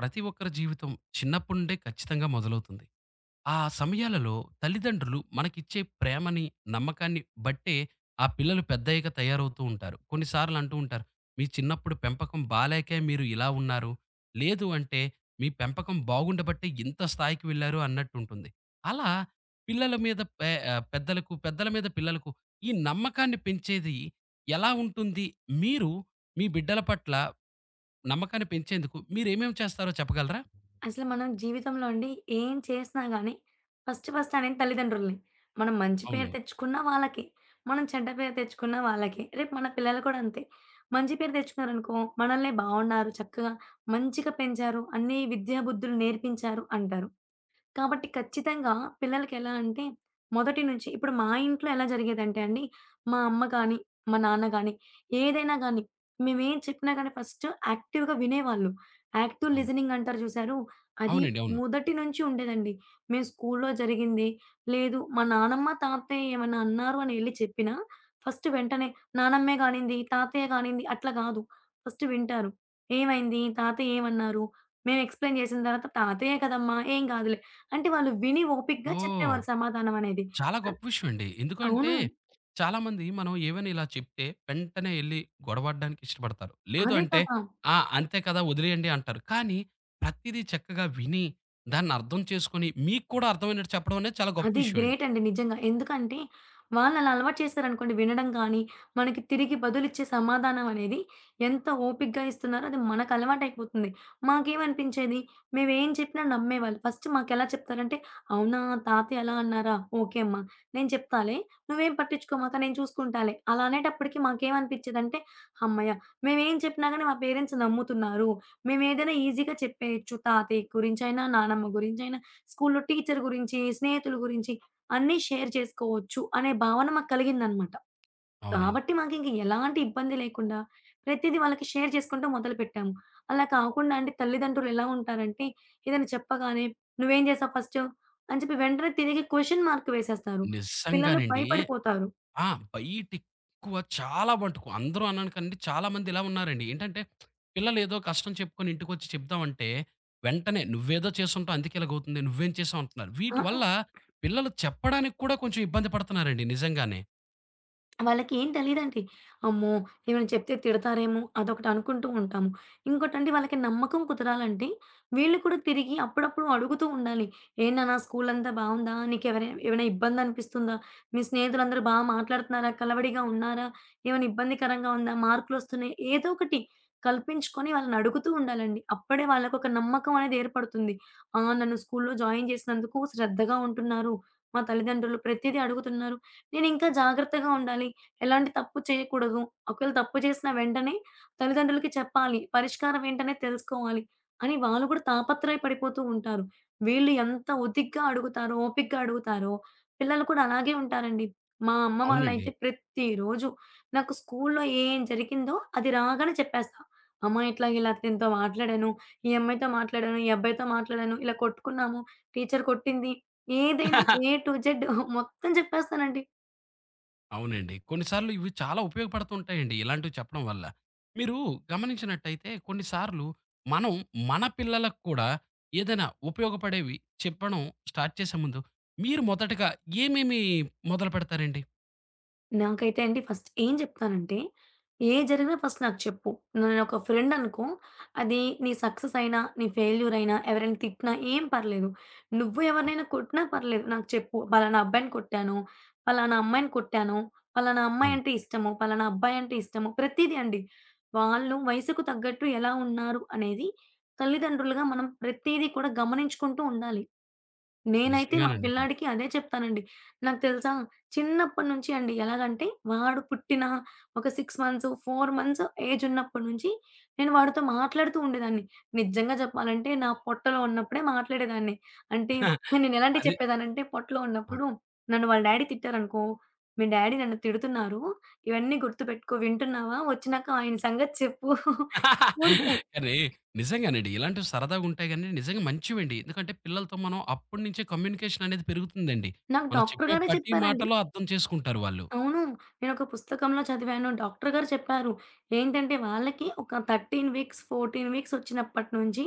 ప్రతి ఒక్కరి జీవితం చిన్నప్పటి నుండే ఖచ్చితంగా మొదలవుతుంది. ఆ సమయాలలో తల్లిదండ్రులు మనకిచ్చే ప్రేమని, నమ్మకాన్ని బట్టే ఆ పిల్లలు పెద్దయ్యాక తయారవుతూ ఉంటారు. కొన్నిసార్లు అంటూ ఉంటారు, "మీ చిన్నప్పుడు పెంపకం బాలేకే మీరు ఇలా ఉన్నారు. లేదు అంటే మీ పెంపకం బాగుండబట్టే ఇంత స్థాయికి వెళ్లారు" అన్నట్టు ఉంటుంది. అలా పిల్లల మీద పెద్దలకు, పెద్దల మీద పిల్లలకు ఈ నమ్మకాన్ని పెంచేది ఎలా ఉంటుంది? మీరు మీ బిడ్డల పట్ల నమ్మకాన్ని పెంచేందుకు మీరేమేమి చేస్తారో చెప్పగలరా? అసలు మనం జీవితంలో అండి ఏం చేసినా గానీ ఫస్ట్ ఫస్ట్ అనేది తల్లిదండ్రుల్ని. మనం మంచి పేరు అవునండి. తెచ్చుకున్నా వాళ్ళకే. మనం చెడ్డ పేరు తెచ్చుకున్నా వాళ్ళకే. రేపు మన పిల్లలు కూడా అంతే. మంచి పేరు తెచ్చుకున్నారనుకో మనల్నే బావున్నారు, చక్కగా మంచిగా పెంచారు, అన్ని విద్యా బుద్ధులు నేర్పించారు అంటారు. కాబట్టి ఖచ్చితంగా పిల్లలకెలా అంటే, మొదటి నుంచి ఇప్పుడు మా ఇంట్లో ఎలా జరిగేదంటే అండి, మా అమ్మ కానీ, మా నాన్న గానీ, ఏదైనా గానీ, మేమేం చెప్పినా గానీ ఫస్ట్ యాక్టివ్‌గా వినేవాళ్ళు. యాక్టివ్ ఓహ్! లిజనింగ్ అంటారు చూసారు, అది అవునండి. అవును. మొదటి నుంచి ఉండేదండి. మేము స్కూల్లో జరిగింది, లేదు మా నానమ్మ, తాతయ్య ఏమన్నా అన్నారు అని ఎళ్లి చెప్పినా, ఫస్ట్ వెంటనే నానమ్మే గానింది, తాతయ్య గానింది అట్లా గాదు. ఫస్ట్ వింటారు. ఏమైంది? తాతయ్య ఏమన్నారు? మేము ఎక్స్‌ప్లెయిన్ చేసిన తర్వాత, "తాతయ్యే కదమ్మా! ఏం కాదులే." అంటే వాళ్ళు విని ఓపికగా ఓహ్! చెప్పేవారు సమాధానం అనేది. చాలా ఆహ్, గొప్ప విషయం అండి. ఎందుకంటే అవును. చాలామంది మనం ఏవైనా ఇలా చెప్తే వెంటనే ఎళ్లి గొడవడడానికి ఇష్టపడతారు. లేదు అదే అంటే కదా! ఆ! అంతే కదా! వదిలేయండి అంటారు. కానీ ప్రతీదీ చక్కగా విని దాన్ని అర్థం చేసుకొని మీకు కూడా అర్థమైనట్టు చెప్పడం అనేది చాలా గొప్ప అది విషయం గ్రేట్ అండి. అండి నిజంగా. ఎందుకంటే, వాళ్ళలా అలవాటు చేశారనుకోండి వినడం కానీ, మనకి తిరిగి బదులిచ్చే సమాధానం అనేది ఎంత ఓపికగా ఇస్తున్నారో అది మనకలవాటయిపోతుంది. మాకేమనిపించేది, మేవేం చెప్పినా నమ్మేవాళ్ళు. ఫస్ట్ మాకెలా చెప్తారంటే, "అవునా! తాతయ్య అలా అన్నారా? ఓకే అమ్మా. నేను చెప్తాలే. నువ్వేం పట్టించుకోమాక. నేను చూసుకుంటాలే." అలా అనేటప్పటికి మాకేమనిపించేదంటే, హమ్మయ్య! మేమేం చెప్పినా గాని మా పేరెంట్స్ నమ్ముతున్నారు. మేమేదైనా ఈజీగా చెప్పేయొచ్చు. తాతయ్య గురించైనా, నానమ్మ గురించైనా స్కూలులో టీచర్ గురించి, స్నేహితుల గురించి అన్నీ షేర్ చేసుకోవచ్చు అనే భావన మాకు కలిగిందనమాట. అవునండి. కాబట్టి మాకింక ఎలాంటి ఇబ్బంది లేకుండా ప్రతీదీ వాళ్ళకి షేర్ చేసుకుంటూ మొదలుపెట్టాము. అలా కాకుండా అంటే తల్లిదండ్రులు ఎలా ఉంటారంటే ఏదైనా చెప్పగానే "నువ్వేం చేసావు ఫస్టు?" అని చెప్పి వెంటనే తిరిగి క్వెషన్ మార్క్ వేసేస్తారు. పిల్లలు నిజంగానండి. భయపడిపోతారు. ఆ! బయటెక్కువ చాలా మటుకు అందరూ అనను కానండి, చాలామంది ఇలా ఉన్నారండి. ఏంటంటే, పిల్లలేదో కష్టం చెప్పుకొని ఇంటికొచ్చి చెప్దామంటే, వెంటనే "నువ్వేదో చేసుంటావు అందుకే ఇలాగవుతుంది. నువ్వేం చేసావు" అంటున్నారు. వీటి ఆ! వల్ల పిల్లలు చెప్పడానికి కూడా కొంచెం ఇబ్బంది పడుతున్నారండి నిజంగానే. వాళ్ళకేం తెలీదండి. అమ్మో! ఏమైనా చెప్తే తిడతారేమో అదొకటి అనుకుంటూ ఉంటాము. ఇంకోటండి వాళ్ళకి నమ్మకం కుదరాలంటే వీళ్ళు కూడా తిరిగి అప్పుడప్పుడు అడుగుతూ ఉండాలి. "ఏం నాన్న స్కూల్ అంతా బావుందా? నీకెవరై ఏమైనా ఇబ్బంది అనిపిస్తుందా? మీ స్నేహితులందరూ బా మాట్లాడుతున్నారా? కలవడిగా ఉన్నారా? ఏమైనా ఇబ్బందికరంగా ఉందా? మార్కులొస్తున్నాయి" ఏదో ఒకటి కల్పించుకొని వాళ్ళని అడుగుతూ ఉండాలండి. అప్పుడే వాళ్ళకొక నమ్మకం అనేది ఏర్పడుతుంది. ఆ! నన్ను స్కూల్‌లో జాయిన్ చేసినందుకు శ్రద్ధగా ఉంటున్నారు. మా తల్లిదండ్రులు ప్రతీదీ అడుగుతున్నారు. నేనింకా జాగ్రత్తగా ఉండాలి. ఎలాంటి తప్పు చేయకూడదు. ఒకవేళ తప్పు చేసిన వెంటనే తల్లిదండ్రులకి చెప్పాలి. పరిష్కారం ఏంటనేది తెలుసుకోవాలి. అని వాళ్ళు కూడా తాపత్రయ పడిపోతూ ఉంటారు. వీళ్ళు ఎంత ఒతిగ్గా అడుగుతారో, ఓపికగా అడుగుతారో పిల్లలు కూడా అలాగే ఉంటారండి. మా అమ్మ అవునండి. వాళ్ళైతే ప్రతిరోజు నాకు స్కూలులో ఏం జరిగిందో అది రాగానే చెప్పేస్తా. అమ్మ ఇట్లా ఇలా దీనితో మాట్లాడాను, ఈ అమ్మాయితో మాట్లాడాను, ఈ అబ్బాయితో మాట్లాడాను, ఇలా కొట్టుకున్నాము, టీచర్ కొట్టింది. ఏదైనా ఏ టు జెడ్ మొత్తం చెప్పేస్తానండి. అవునండి. కొన్నిసార్లు ఇవి చాలా ఉపయోగపడుతుంటాయండి ఇలాంటివి చెప్పడం వల్ల. మీరు గమనించినట్టయితే కొన్నిసార్లు మనం మన పిల్లలకు కూడా ఏదైనా ఉపయోగపడేవి చెప్పడం స్టార్ట్ చేసే ముందు మీరు మొదటగా ఏమేమి మొదలు పెడతారండి? నాకైతే అండి ఫస్ట్ ఏం చెప్తానంటే, ఏది జరిగినా ఫస్ట్ నాకు చెప్పు. నేనొక ఫ్రెండ్ అనుకో, అది నీ సక్సెస్ అయినా, నీ ఫెయిల్యూర్ అయినా, ఎవరైనా తిట్టినా ఏం పర్లేదు. నువ్వు అవును. ఎవరినైనా కొట్టినా పర్లేదు నాకు చెప్పు. పలానా అబ్బాయిని కొట్టాను, పలానా అమ్మాయిని కొట్టాను, పలానా అమ్మాయి అవును. అంటే ఇష్టము, పలానా అబ్బాయి అంటే ఇష్టము. ప్రతీది అండి. వాళ్ళు వయసుకు తగ్గట్టు ఎలా ఉన్నారు అనేది తల్లిదండ్రులుగా మనం ప్రతీదీ కూడా గమనించుకుంటూ ఉండాలి. నేనైతే మా నిజంగానండి బాబు. పిల్లాడికి అదే చెప్తానండి. నాకు తెలుసా చిన్నప్పటి నుంచి అండి ఎలాగంటే వాడు పుట్టిన ఒక 6 మంత్స్, 4 మంత్స్ ఏజ్ ఉన్నప్పటి నుంచి నేను వాడితో మాట్లాడుతూ ఉండేదాన్ని. నిజంగా చెప్పాలంటే నా పొట్టలో ఉన్నప్పుడే మాట్లాడేదాన్ని. అంటే నేను ఎలాంటివి అది చెప్పేదానంటే పొట్టలో అవును. ఉన్నప్పుడు నన్ను వాళ్ళ డ్యాడీ తిట్టారనుకో, "మీ డ్యాడీ నన్ను తిడుతున్నారు. ఇవన్నీ గుర్తుపెట్టుకో వింటున్నావా? వచ్చినాక ఆయన సంగతి చెప్పు." ఊరికే కానీ నిజంగానండి. ఇలాంటివి సరదాగా ఉంటాయి గానీ నిజంగా మంచివండి. ఎందుకంటే పిల్లలతో మనం అప్పటి నుంచే కమ్యూనికేషన్ అనేది పెరుగుతుందండి. నాకు మనం డాక్టర్ చెప్పే గారే ప్రతి చెప్పారండి. మాటలో అర్థం చేసుకుంటారు వాళ్ళు. అవును. నేనొక పుస్తకంలో చదివాను. డాక్టర్ గారు చెప్పారు. ఏంటంటే వాళ్ళకి ఒక 13 వీక్స్, 14 వీక్స్ వచ్చినప్పటి నుంచి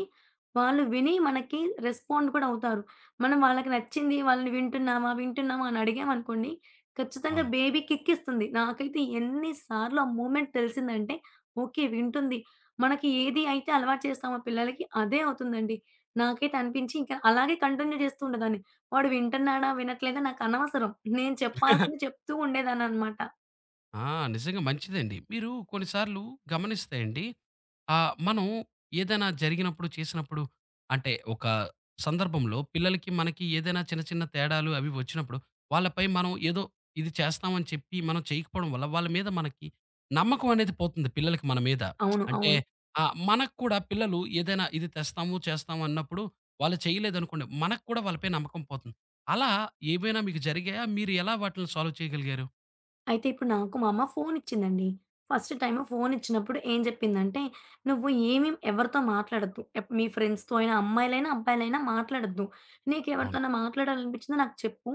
వాళ్ళు విని మనకి రెస్పాండ్ కూడా అవుతారు. మనం వాళ్ళకి నచ్చింది వాళ్ళని వింటున్నామా, వింటున్నామా అని అడిగామనుకోండి ఖచ్చితంగా అవును. బేబీ కిక్ ఇస్తుంది. నాకైతే ఎన్ని సార్లు ఆ మూవ్‌మెంట్ తెలిసిందంటే ఓకే. వింటుంది. మనకి ఏది అయితే అలవాటు చేస్తామో పిల్లలకి అదే అవుతుందండి. నాకైతే అనిపించి ఇంకా అలాగే కంటిన్యూ చేస్తూ ఉండేదాన్ని. వాడు వింటున్నాడా? వినట్లేదా? నాకనవసరం. నేను చెప్పాల్సింది చెప్తూ ఉండేదాన్ననమాట. ఆ! నిజంగా మంచిదండి. మీరు కొన్నిసార్లు గమనిస్తే అండి, మనం ఏదైనా జరిగినప్పుడు, చేసినప్పుడు అంటే ఒక సందర్భంలో పిల్లలకి, మనకి ఏదైనా చిన్న చిన్న తేడాలు అవి వచ్చినప్పుడు, వాళ్ళపై మనం ఏదో ఇది చేస్తామని చెప్పి మనం చేయకపోవడం వల్ల, వాళ్ళ మీద మనకి నమ్మకం అనేది పోతుంది పిల్లలకి మన మీద. అవును. అంటే అవును. మనకు కూడా పిల్లలు ఏదైనా ఇది తెస్తాము, చేస్తాము అన్నప్పుడు వాళ్ళు చేయలేదనుకోండి, మనకు కూడా వాళ్ళపై నమ్మకం పోతుంది. అలా ఏవైనా మీకు జరిగాయా? మీరు ఎలా వాటిల్ని సాల్వ్ చేయగలిగారు? అయితే ఇప్పుడు నాకు మా అమ్మ ఫోనిచ్చిందండి. ఫస్ట్ టైము ఫోనిచ్చినప్పుడు ఏం జెప్పిందంటే, "నువ్వు ఏమి ఎవరితో మాట్లాడొద్దు. మీ ఫ్రెండ్స్‌తో అయినా, అమ్మాయిలైనా, అబ్బాయిలైనా మాట్లాడొద్దు. అవును. నీకెవరితోనా మాట్లాడాలనిపిచ్చిందో నాకు చెప్పు.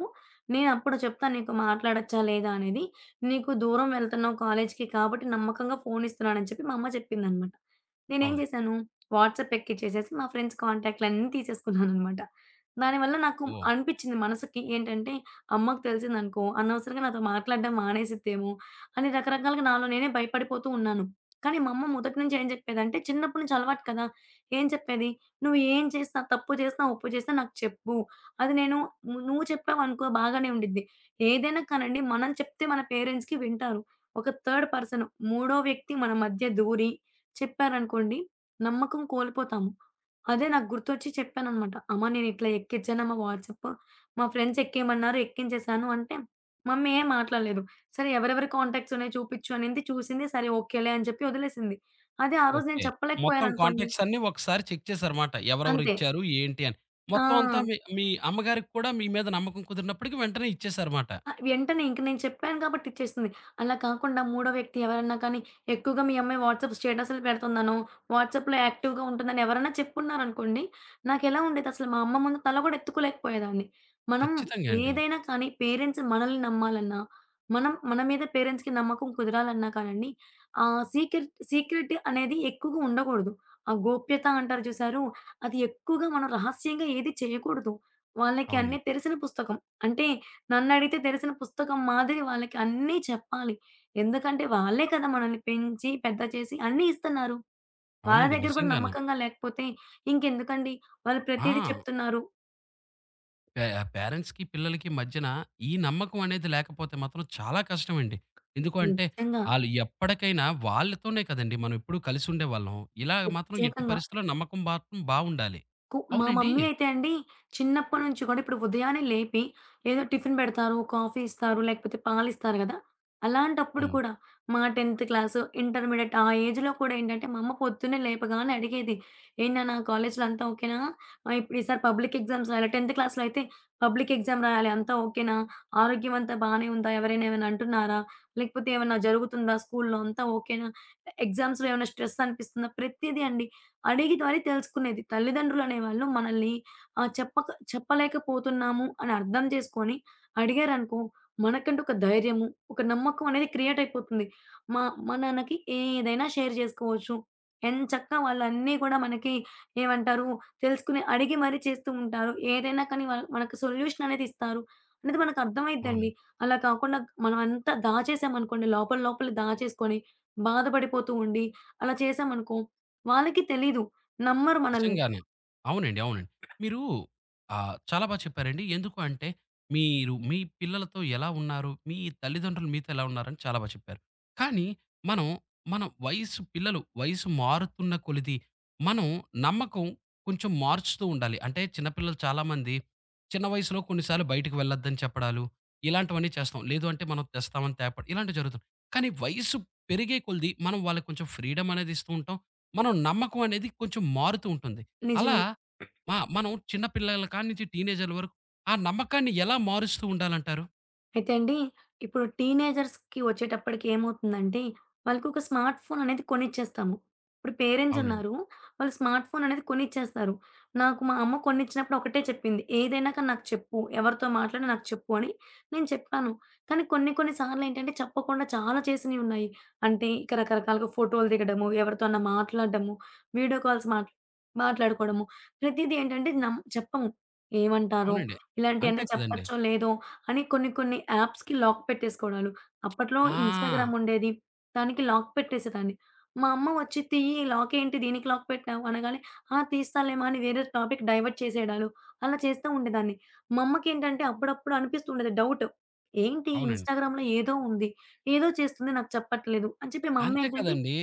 నేనప్పుడు చెప్తాను నీకు మాట్లాడొచ్చా, లేదా అనేది. నీకు దూరం వెళ్తున్నావు కాలేజికి కాబట్టి నమ్మకంగా ఫోనిస్తున్నానని" చెప్పి మా అమ్మ చెప్పిందనమాట. నేనేం అవును. జేశాను, వాట్సాప్ ఎక్కిచ్చేసేసి మా ఫ్రెండ్స్ కాంటాక్ట్‌లన్నీ తీసేసుకున్నాననమాట. దానివల్ల నాకు ఓహ్! అనిపిచ్చింది మనసుకి ఏంటంటే అమ్మకి తెలిసిందనుకో, అనవసరంగా నాతో మాట్లాడడం మానేసిద్దేమో అని రకరకాలుగా నాలో నేనే భయపడిపోతూ ఉన్నాను. కానీ మా అమ్మ మొదటి నుంచి ఏం చెప్పేదంటే, చిన్నప్పటి నుంచి అలవాటు కదా! ఏం చెప్పేది, "నువ్వు ఏం చేసినా, తప్పు చేసినా, ఒప్పు చేసినా నాకు చెప్పు. అది నేను నువ్వు చెప్పావనుకో బాగానే ఉండిద్ది." ఏదైనా కానండి మనం చెప్తే మన పేరెంట్స్‌కి వింటారు. ఒక థర్డ్ పర్సన్ మూడో వ్యక్తి మన మధ్య దూరి చెప్పారనుకోండి, నమ్మకం కోల్పోతాము. అదే నాకు గుర్తొచ్చి చెప్పాననమాట. అమ్మ నేనిట్లా ఎక్కిచ్చానమ్మ వాట్సాప్. మా ఫ్రెండ్స్ ఎక్కేయమన్నారు. ఎక్కించేశాను అంటే, మమ్మీ ఏం మాట్లాడలేదు. సరే ఎవరెవరి కాంటాక్ట్స్ ఉన్నాయో చూపిచ్చు అనింది. చూసింది. సరే ఓకేలే అని చెప్పి వదిలేసింది. అదే ఆ రోజు నేను ఓకే. మొత్తం చెప్పలేకపోయాననుకోండి కాంటాక్ట్స్ అన్నీ ఒకసారి చెక్ చేసారమాట. ఎవరెవరు అంతే. ఇచ్చారు? ఏంటి అని? ఆ! మొత్తం అంతా మీ మీ అమ్మగారికి కూడా మీ మీద నమ్మకం కుదిరినప్పటికి వెంటనే ఇచ్చేసారమాట. ఆ! వెంటనే ఇంక నేను చెప్పాను కాబట్టి ఇచ్చేసింది. అలా కాకుండా మూడో వ్యక్తి ఎవరన్నా కానీ, ఎక్కువగా మీ అమ్మాయి వాట్సాప్ స్టేటస్‌లు పెడుతుందనో, వాట్సాప్‌లో యాక్టివ్‌గా ఉంటుందని ఎవరన్నా చెప్పున్నారనుకోండి, నాకెలా ఉండేదసలు మా అమ్మ ముందు తల కూడా ఎత్తుకోలేకపోయేదాన్ని. మనం ఖచ్చితంగా అండి. ఏదైనా కానీ పేరెంట్స్ మనల్ని నమ్మాలన్నా, మనం మన మీద పేరెంట్స్‌కి నమ్మకం కుదరాలన్నా కానండి, సీక్రెట్ సీక్రెట్ అనేది ఎక్కువగా ఉండకూడదు. ఆ గోప్యత అంటారు చూసారు, అది ఎక్కువగా మనం రహస్యంగా ఏది చేయకూడదు. వాళ్ళకి అన్నీ అవునండి. తెలిసిన పుస్తకం. అంటే నన్నడిగితే తెలిసిన పుస్తకం మాదిరి వాళ్ళకి అన్నీ చెప్పాలి. ఎందుకంటే వాళ్ళే కదా మనల్ని పెంచి, పెద్ద చేసి అన్నీ ఇస్తున్నారు. వాళ్ళ అవునండి. దగ్గర కూడా నిజంగానే. నమ్మకంగా లేకపోతే ఇంకెందుకండి? వాళ్ళు ప్రతీదీ ఆ! చెప్తున్నారు. పే పేరెంట్స్‌కి, పిల్లలకి మధ్యన ఈ నమ్మకం అనేది లేకపోతే మాత్రం చాలా కష్టమండి. ఎందుకు అంటే నిజంగా. ఆళ్ళు ఎప్పటికైనా వాళ్ళతోనే కదండీ మనం ఎప్పుడూ కలిసి ఉండేవాళ్ళం. ఇలా మాత్రం ఎట్టి ప్రత్యేకంగా. పరిస్థితిలో నమ్మకం మాత్రం బావుండాలి. మా అవునండి. మమ్మీ అయితే అండి, చిన్నప్పటి నుంచి కూడా ఇప్పుడు ఉదయాన్నే లేపి ఏదో టిఫిన్ పెడతారు, కాఫీ ఇస్తారు, లేకపోతే పాలిస్తారు గదా! అలాంటప్పుడు అవును. కూడా మా 10థ్ క్లాసు, ఇంటర్మీడియేట్ ఆ ఏజ్‌లో కూడా ఏంటంటే, మా అమ్మ పొద్దున్నే లేపగానే అడిగేది. "ఏం నాన్న కాలేజ్‌లో అంతా ఓకేనా? ఇప్పుడు ఈసారి పబ్లిక్ ఎగ్జామ్స్ రాయాలి" 10థ్ క్లాస్‌లో అయితే పబ్లిక్ ఎగ్జామ్ రాయాలి. "అంతా ఓకేనా? ఆరోగ్యం అంతా బానే ఉందా? ఎవరైనా ఏమైనా అంటున్నారా? లేకపోతే ఏమన్నా జరుగుతుందా స్కూల్‌లో? అంతా ఓకేనా? ఎగ్జామ్స్‌లో ఏమైనా స్ట్రెస్ అనిపిస్తుందా?" ప్రతీదీ అండి. అడిగి మరి తెలుసుకునేది. తల్లిదండ్రులనేవాళ్ళు మనల్ని చెప్పలేకపోతున్నాము అని అర్థం చేసుకొని అడిగారనుకో, మనకంటూ ఒక ధైర్యము, ఒక నమ్మకం అనేది క్రియేట్ అయిపోతుంది. మా మా నాన్నకి ఏదైనా షేర్ చేసుకోవచ్చు. ఎంచక్కా వాళ్ళన్నీ కూడా మనకి ఏమంటారు తెలుసుకుని అడిగి మరీ చేస్తూ ఉంటారు. ఏదైనా కానీ వాళ్ళ మనకు సొల్యూషన్ అనేది ఇస్తారు. అనేది మనకు అవును. అర్థమైద్దండి. అలా కాకుండా మనం అంతా దాచేసామనుకోండి లోపల లోపల దాచేసుకొని బాధపడిపోతూ ఉండి అలా చేశామనుకో వాళ్ళకి తెలీదు. నమ్మరు మనల్ని. నిజంగానే. అవునండి. అవునండి. మీరు చాలా బా చెప్పారండి. ఎందుకు అంటే, మీరు మీ పిల్లలతో ఎలా ఉన్నారు? మీ తల్లిదండ్రులు మీతో ఎలా ఉన్నారని చాలా బా చెప్పారు. కానీ మనం, మన వయసు పిల్లలు వయసు మారుతున్న కొలిది మనం నమ్మకం కొంచెం మార్చుతూ ఉండాలి. అంటే చిన్న పిల్లలు చాలామంది చిన్న వయసులో కొన్నిసార్లు బయటికి వెళ్ళొద్దని చెప్పడాలు, ఇలాంటివన్నీ చేస్తాం. లేదు అంటే మనం తెస్తామని తేప ఇలాంటివి జరుగుతుంది. కానీ వయసు పెరిగే కొలిది మనం వాళ్ళకి కొంచెం ఫ్రీడమ్ అనేది ఇస్తూ ఉంటాం. మనం నమ్మకం అనేది కొంచెం మారుతూ ఉంటుంది. అలా నిజమే. మనం చిన్న పిల్లల కాడ్నుంచి టీనేజర్ల వరకు ఆ నమ్మకాన్ని ఎలా మారుస్తూ ఉండాలంటారు? అయితే అండి, ఇప్పుడు టీనేజర్స్‌కి వచ్చేటప్పటికి ఏమవుతుందంటే, వాళ్ళకొక స్మార్ట్ ఫోన్ అనేది కొనిచ్చేస్తాము. ఇప్పుడు పేరెంట్స్ అవునండి. ఉన్నారు. వాళ్ళు స్మార్ట్ ఫోన్ అనేది కొనిచ్చేస్తారు. నాకు మా అమ్మ కొనిచ్చినప్పుడు ఒకటే చెప్పింది. "ఏదైనాక నాకు చెప్పు. ఎవరితో మాట్లాడినా నాకు చెప్పు" అని నేను చెప్పాను. కానీ కొన్ని కొన్ని సార్లేంటంటే చెప్పకుండా చాలా చేసినయి ఉన్నాయి. అంటే ఇక రకరకాలుగా ఫోటోలు దిగడము, ఎవరితో అన్నా మాట్లాడడము, వీడియో కాల్స్ మాట్లాడుకోవడము. ప్రతీది ఏంటంటే చెప్పము. ఏమంటారో, అవునండి. ఇలాంటియన్నీ అంతే కదండీ. చెప్పచ్చో లేదో అని కొన్ని కొన్ని యాప్స్‌కి లాక్ పెట్టేసుకోవడాలు. అప్పట్లో ఆ! ఇన్‌స్టాగ్రామ్ ఉండేది. దానికి లాక్ పెట్టేసేదాన్ని. మా అమ్మ వచ్చి "తియ్యి లాక్ ఏంటి దీనికి లాక్ పెట్టావు" అనగానే, "ఆ! తీస్తాలేమా" అని వేరే టాపిక్ డైవర్ట్ చేసేయడాలు అలా చేస్తూ ఉండేదాన్ని. మా అమ్మకేంటంటే అప్పుడప్పుడు అనిపిస్తుండేది డౌట్. ఏంటి అవునండి. ఇన్‌స్టాగ్రామ్‌లో ఏదో ఉంది. ఏదో చేస్తుంది నాకు చెప్పట్లేదు అని చెప్పి మా అమ్మ అంతే ఏంటంటే కదండీ.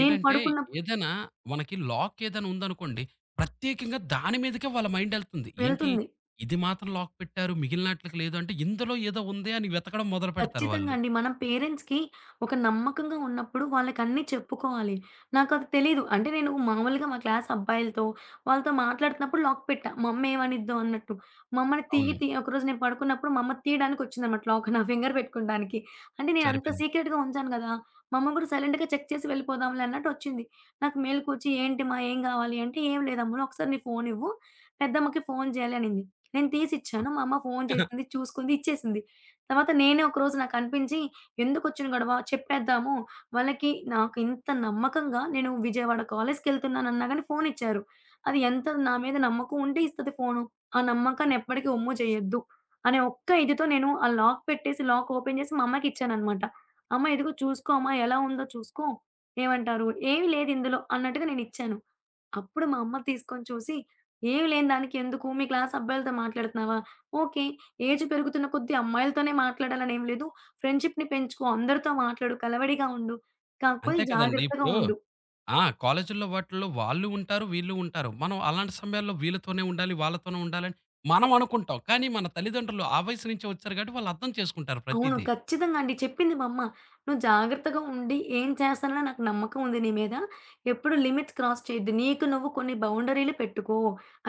నేను పడుకున్నప్పుడు ఏదైనా మనకి లాక్ ఏదైనా ఉందనుకోండి, ప్రత్యేకంగా దాని మీదకే వాళ్ళ మైండెళ్తుంది. ఏంటి వెళ్తుంది. ఇది మాత్రం లాక్ పెట్టారు. మిగిలినాట్లికి లేదు అంటే ఇందులో ఏదో ఉంది అని వెతకడం మొదలు పెడతారు ఖచ్చితంగా వాళ్ళు. అండి. మనం పేరెంట్స్‌కి ఒక నమ్మకంగా ఉన్నప్పుడు వాళ్ళకన్నీ చెప్పుకోవాలి. నాకది తెలీదు. అంటే నేను మామూలుగా మా క్లాస్ అబ్బాయిలతో, వాళ్ళతో మాట్లాడుతున్నప్పుడు లాక్ పెట్టా. మా అమ్మ ఏమనిద్దో అన్నట్టు. మా అమ్మని తీయి అవునండి. తీయి ఒకరోజు నేను పడుకున్నప్పుడు మా అమ్మ తీయడానికొచ్చిందన్నమాట లాక్ నా ఫింగర్ పెట్టుకోడానికి. అంటే నేనంత సరిపోయింది. సీక్రెట్‌గా ఉంచాను గదా! మా అమ్మ గూడా సైలెంట్‌గా చెక్ చేసి వెళ్ళిపోదాంలే అన్నట్టొచ్చింది. నాకు మేలుకొచ్చి ఏంటిమా ఏం గావాలి అంటే, "ఏం లేదమ్ములు ఒకసారి నీ ఫోనివ్వు పెద్దమ్మకి ఫోను జేయాలి" అనింది. నేను ఆ! తీసిచ్చాను. మా అమ్మ ఫోను చేసింది, చూసుకుంది, ఇచ్చేసింది. తర్వాత నేనే ఒకరోజు నాకనిపించి, ఎందుకొచ్చిన గొడవ చెప్పేద్దాము. వాళ్ళకి నాకు ఇంత నమ్మకంగా నేను విజయవాడ కాలేజ్‌కెళ్తున్నానన్నా గాని ఫోనిచ్చారు. అది ఎంత నా మీద నమ్మకం ఉంటే ఇస్తది ఫోను. ఆ నమ్మకాన్ని ఎప్పటికి ఒమ్ము చేయొద్దు అనే ఒక్క ఇదితో నేను ఆ లాక్ పెట్టేసి, లాక్ ఓపెన్ చేసి మా అమ్మకిచ్చాననమాట. అమ్మ ఇదిగో చూసుకో అమ్మ ఎలా ఉందో చూసుకో. ఏమంటారు? ఏమి లేదు ఇందులో అన్నట్టుగా నేనిచ్చాను. అప్పుడు మా అమ్మ తీసుకొని చూసి, "ఏమి లేని దానికి ఎందుకు? మీ క్లాస్ అబ్బాయిలతో మాట్లాడుతున్నావా? ఓకే. ఏజ్ పెరుగుతున్న కొద్దీ అమ్మాయిలతోనే మాట్లాడాలని ఏం లేదు. ఫ్రెండ్‌షిప్‌ని పెంచుకో, అందరితో మాట్లాడు, కలవడిగా ఉండు. కాకపోతే అంతే కదండీ. జాగ్రత్తగా ఇప్పుడు ఉండు. ఆ! కాలేజీల్లో వాటిల్లో వాళ్ళు ఉంటారు, వీళ్ళు ఉంటారు. మనం అలాంటి సమయాల్లో వీళ్ళతోనే ఉండాలి, వాళ్ళతోనే ఉండాలని మనం అనుకుంటాం. కానీ మన తల్లిదండ్రులు ఆ వయసు నుంచే వచ్చారు కాబట్టి వాళ్ళు అర్థం చేసుకుంటారు అవును. ప్రతీదీ. ఖచ్చితంగా అండి. చెప్పింది మా అమ్మ. "నువ్వు జాగ్రత్తగా ఉండి ఏం చేస్తానని నాకు నమ్మకం ఉంది నీ మీద. ఎప్పుడు లిమిట్స్ క్రాస్ చేయొద్దు. నీకు నువ్వు కొన్ని బౌండరీలు పెట్టుకో.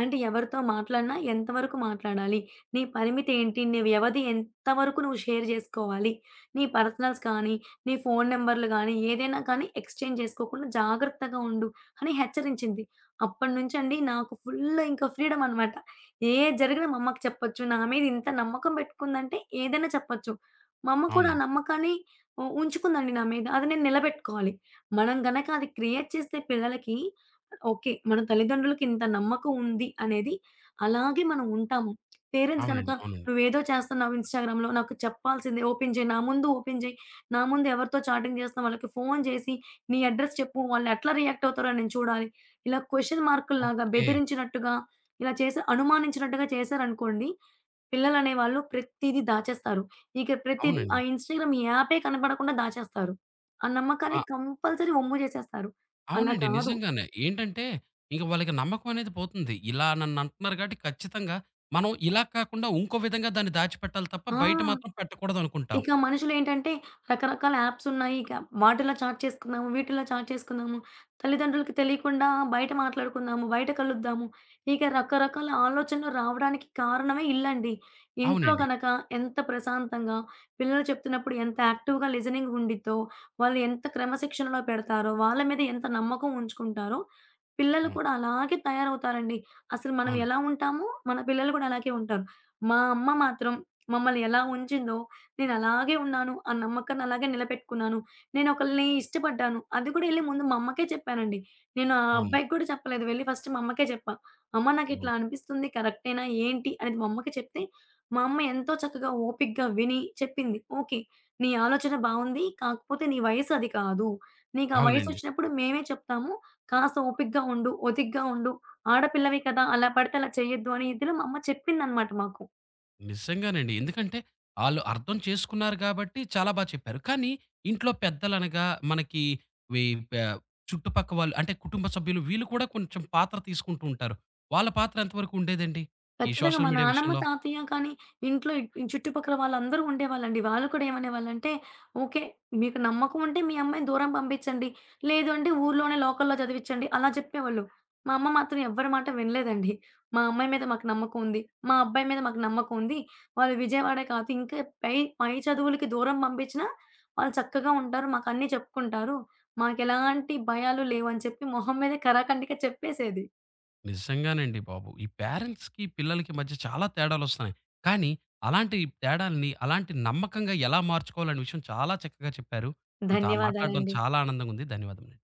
అంటే ఎవరితో మాట్లాడినా ఎంతవరకు మాట్లాడాలి? నీ పరిమితి ఏంటి? నీ వ్యవధి ఎంతవరకు నువ్వు షేర్ చేసుకోవాలి? నీ పర్సనల్స్ కానీ, నీ ఫోను నంబర్‌లు గానీ, ఏదైనా కానీ ఎక్స్‌చేంజ్ చేసుకోకుండా జాగ్రత్తగా ఉండు" అని హెచ్చరించింది. అప్పటినుంచండి నాకు ఫుల్ ఇంకా ఫ్రీడమ్ అనమాట. ఏది జరిగినా మా అమ్మకి చెప్పొచ్చు. నా మీద ఇంత నమ్మకం పెట్టుకుందంటే ఏదైనా చెప్పొచ్చు. మా అమ్మ కూడా ఆ అవునండి. నమ్మకాన్ని ఉంచుకుందండి నా మీద. అది నేను నిలబెట్టుకోవాలి. మనం గనక అది క్రియేట్ చేస్తే పిల్లలకి ఓకే. మన తల్లిదండ్రులకి ఇంత నమ్మకం ఉంది అనేది అలాగే మనం ఉంటాము. పేరెంట్స్ గనక అవునండి. అవునండి. "నువ్వేదో చేస్తున్నావు ఇన్‌స్టాగ్రామ్‌లో నాకు చెప్పాల్సిందే ఓపెన్ చేయి. నా ముందు ఓపెన్ చేయి. నా ముందు ఎవరితో చాటింగ్ చేస్తున్నావు వాళ్ళకి ఫోను చేసి నీ అడ్రెస్ చెప్పు. వాళ్ళు ఎట్లా రియాక్ట్ అవుతారో నేను చూడాలి." ఇలా క్వెషన్ మార్కుల్లాగా ఓకే. బెదిరించినట్టుగా ఇలా చేసి అనుమానించినట్టుగా చేశారనుకోండి పిల్లలనేవాళ్ళు ప్రతీదీ దాచేస్తారు. ఇక ప్రతీదీ ఆ అవునండి. ఇన్‌స్టాగ్రామ్ యాపే కనపడకుండా దాచేస్తారు. ఆ నమ్మకాన్ని ఆ! కంపల్సరీ ఒమ్ము జేసేస్తారు. అలా అవునండి. కాదు. నిజంగానే. ఏంటంటే ఇంక వాళ్ళకి నమ్మకం అనేది పోతుంది. ఇలా నన్నంటున్నారు కాబట్టి ఖచ్చితంగా మనం ఇలా కాకుండా ఇంకో విధంగా దాన్ని దాచిపెట్టాలి తప్ప బయట ఆ! మాత్రం పెట్టకూడదనుకుంటాం. ఇక మనుషులేంటంటే రకరకాల యాప్స్ ఉన్నాయి. ఇక వాటిలో చాట్ చేసుకుందాము, వీటిలో చాట్ చేసుకుందాము. తల్లిదండ్రులకి తెలియకుండా బయట మాట్లాడుకుందాము, బయట కలుద్దాము. ఇక రకరకాల ఆలోచనలు రావడానికి కారణమే ఇల్లండి. ఇంట్లో అవునండి. గనక ఎంత ప్రశాంతంగా పిల్లలు చెప్తున్నప్పుడు ఎంత యాక్టివ్‌గా లిజనింగ్ ఉండిద్దో, వాళ్ళు ఎంత క్రమశిక్షణలో పెడతారో, వాళ్ళ మీద ఎంత నమ్మకం ఉంచుకుంటారో, పిల్లలు అవును. కూడా అలాగే తయారవుతారండి. అసలు మనం అవునండి. ఎలా ఉంటామో, మన పిల్లలు కూడా అలాగే ఉంటారు. మా అమ్మ మాత్రం మమ్మల్ని ఎలా ఉంచిందో నేనలాగే ఉన్నాను. ఆ నమ్మకాన్ని అలాగే నిలబెట్టుకున్నాను. నేనొకళ్ళని ఇష్టపడ్డాను. అది కూడా ఎళ్లి ముందు మా అమ్మకే చెప్పానండి. నేను ఆ అవును. అబ్బాయికి కూడా చెప్పలేదు. వెళ్లి ఫస్ట్ మా అమ్మకే చెప్పా. అమ్మ ఓహ్! నాకిట్లా అనిపిస్తుంది. కరెక్టేనా ఏంటి అనేది మా అమ్మకి చెప్తే, మా అమ్మ ఎంతో చక్కగా ఓపికగా విని చెప్పింది. ఓకే. నీ ఆలోచన బావుంది. కాకపోతే నీ వయసు అది కాదు. నీకు ఆ అవునండి. వయసొచ్చినప్పుడు మేమే చెప్తాము. కాస్త ఓపికగా ఉండు. ఒదిగ్గా ఉండు. ఆడపిల్లవి కదా! అలా పడితే అలా చేయొద్దు అని ఇదిలో మా అమ్మ చెప్పిందన్నమాట మాకు. నిజంగానండి. ఎందుకంటే, ఆళ్ళు అర్థం చేసుకున్నారు గాబట్టి చాలా బా చెప్పారు. కానీ ఇంట్లో పెద్దలనగా మనకి వి పే చుట్టుపక్క వాళ్ళు అంటే కుటుంబ సభ్యులు వీళ్ళు కూడా కొంచెం పాత్ర తీసుకుంటూ ఉంటారు. వాళ్ళ పాత్ర ఎంత వరకు ఉండేదండి? ఈ ఖచ్చితంగా. సోషల్ మా మీడియా నానమ్మ, విషయంలో? తాతయ్య కానీ ఇంట్లో ఈ చుట్టుపక్కల వాళ్ళందరూ ఉండేవాళ్ళండి. వాళ్ళు కూడా ఏమనేవాళ్ళంటే, "ఓకే. మీకు నమ్మకం ఉంటే మీ అమ్మాయిని దూరం పంపించండి. లేదు అంటే ఊర్లోనే లోకల్‌లో చదివించండి" అలా చెప్పేవాళ్ళు. మా అమ్మ మాత్రం ఎవ్వరి మాట వినలేదండి. మా అమ్మాయి మీద మాకు నమ్మకం ఉంది. మా అబ్బాయి మీద మాకు నమ్మకం ఉంది. వాళ్ళు విజయవాడే కాదు ఇంకా పై పై చదువులకి దూరం పంపించినా వాళ్ళు చక్కగా ఉంటారు. మాకు అన్నీ చెప్పుకుంటారు. మాకెలాంటి భయాలు లేవు అని చెప్పి మొహం మీద కరాకండిగా చెప్పేసేది. నిజంగానండి బాబు. ఈ పేరెంట్స్‌కి, పిల్లలకి మధ్య చాలా తేడాలొస్తున్నాయి. కానీ అలాంటి తేడాల్ని, అలాంటి నమ్మకంగా ఎలా మార్చుకోవాలనే విషయం చాలా చక్కగా చెప్పారు. మీతో ఆ మాట్లాడడం ధన్యవాదాలండి. చాలా ఆనందంగా ఉంది. ధన్యవాదములు.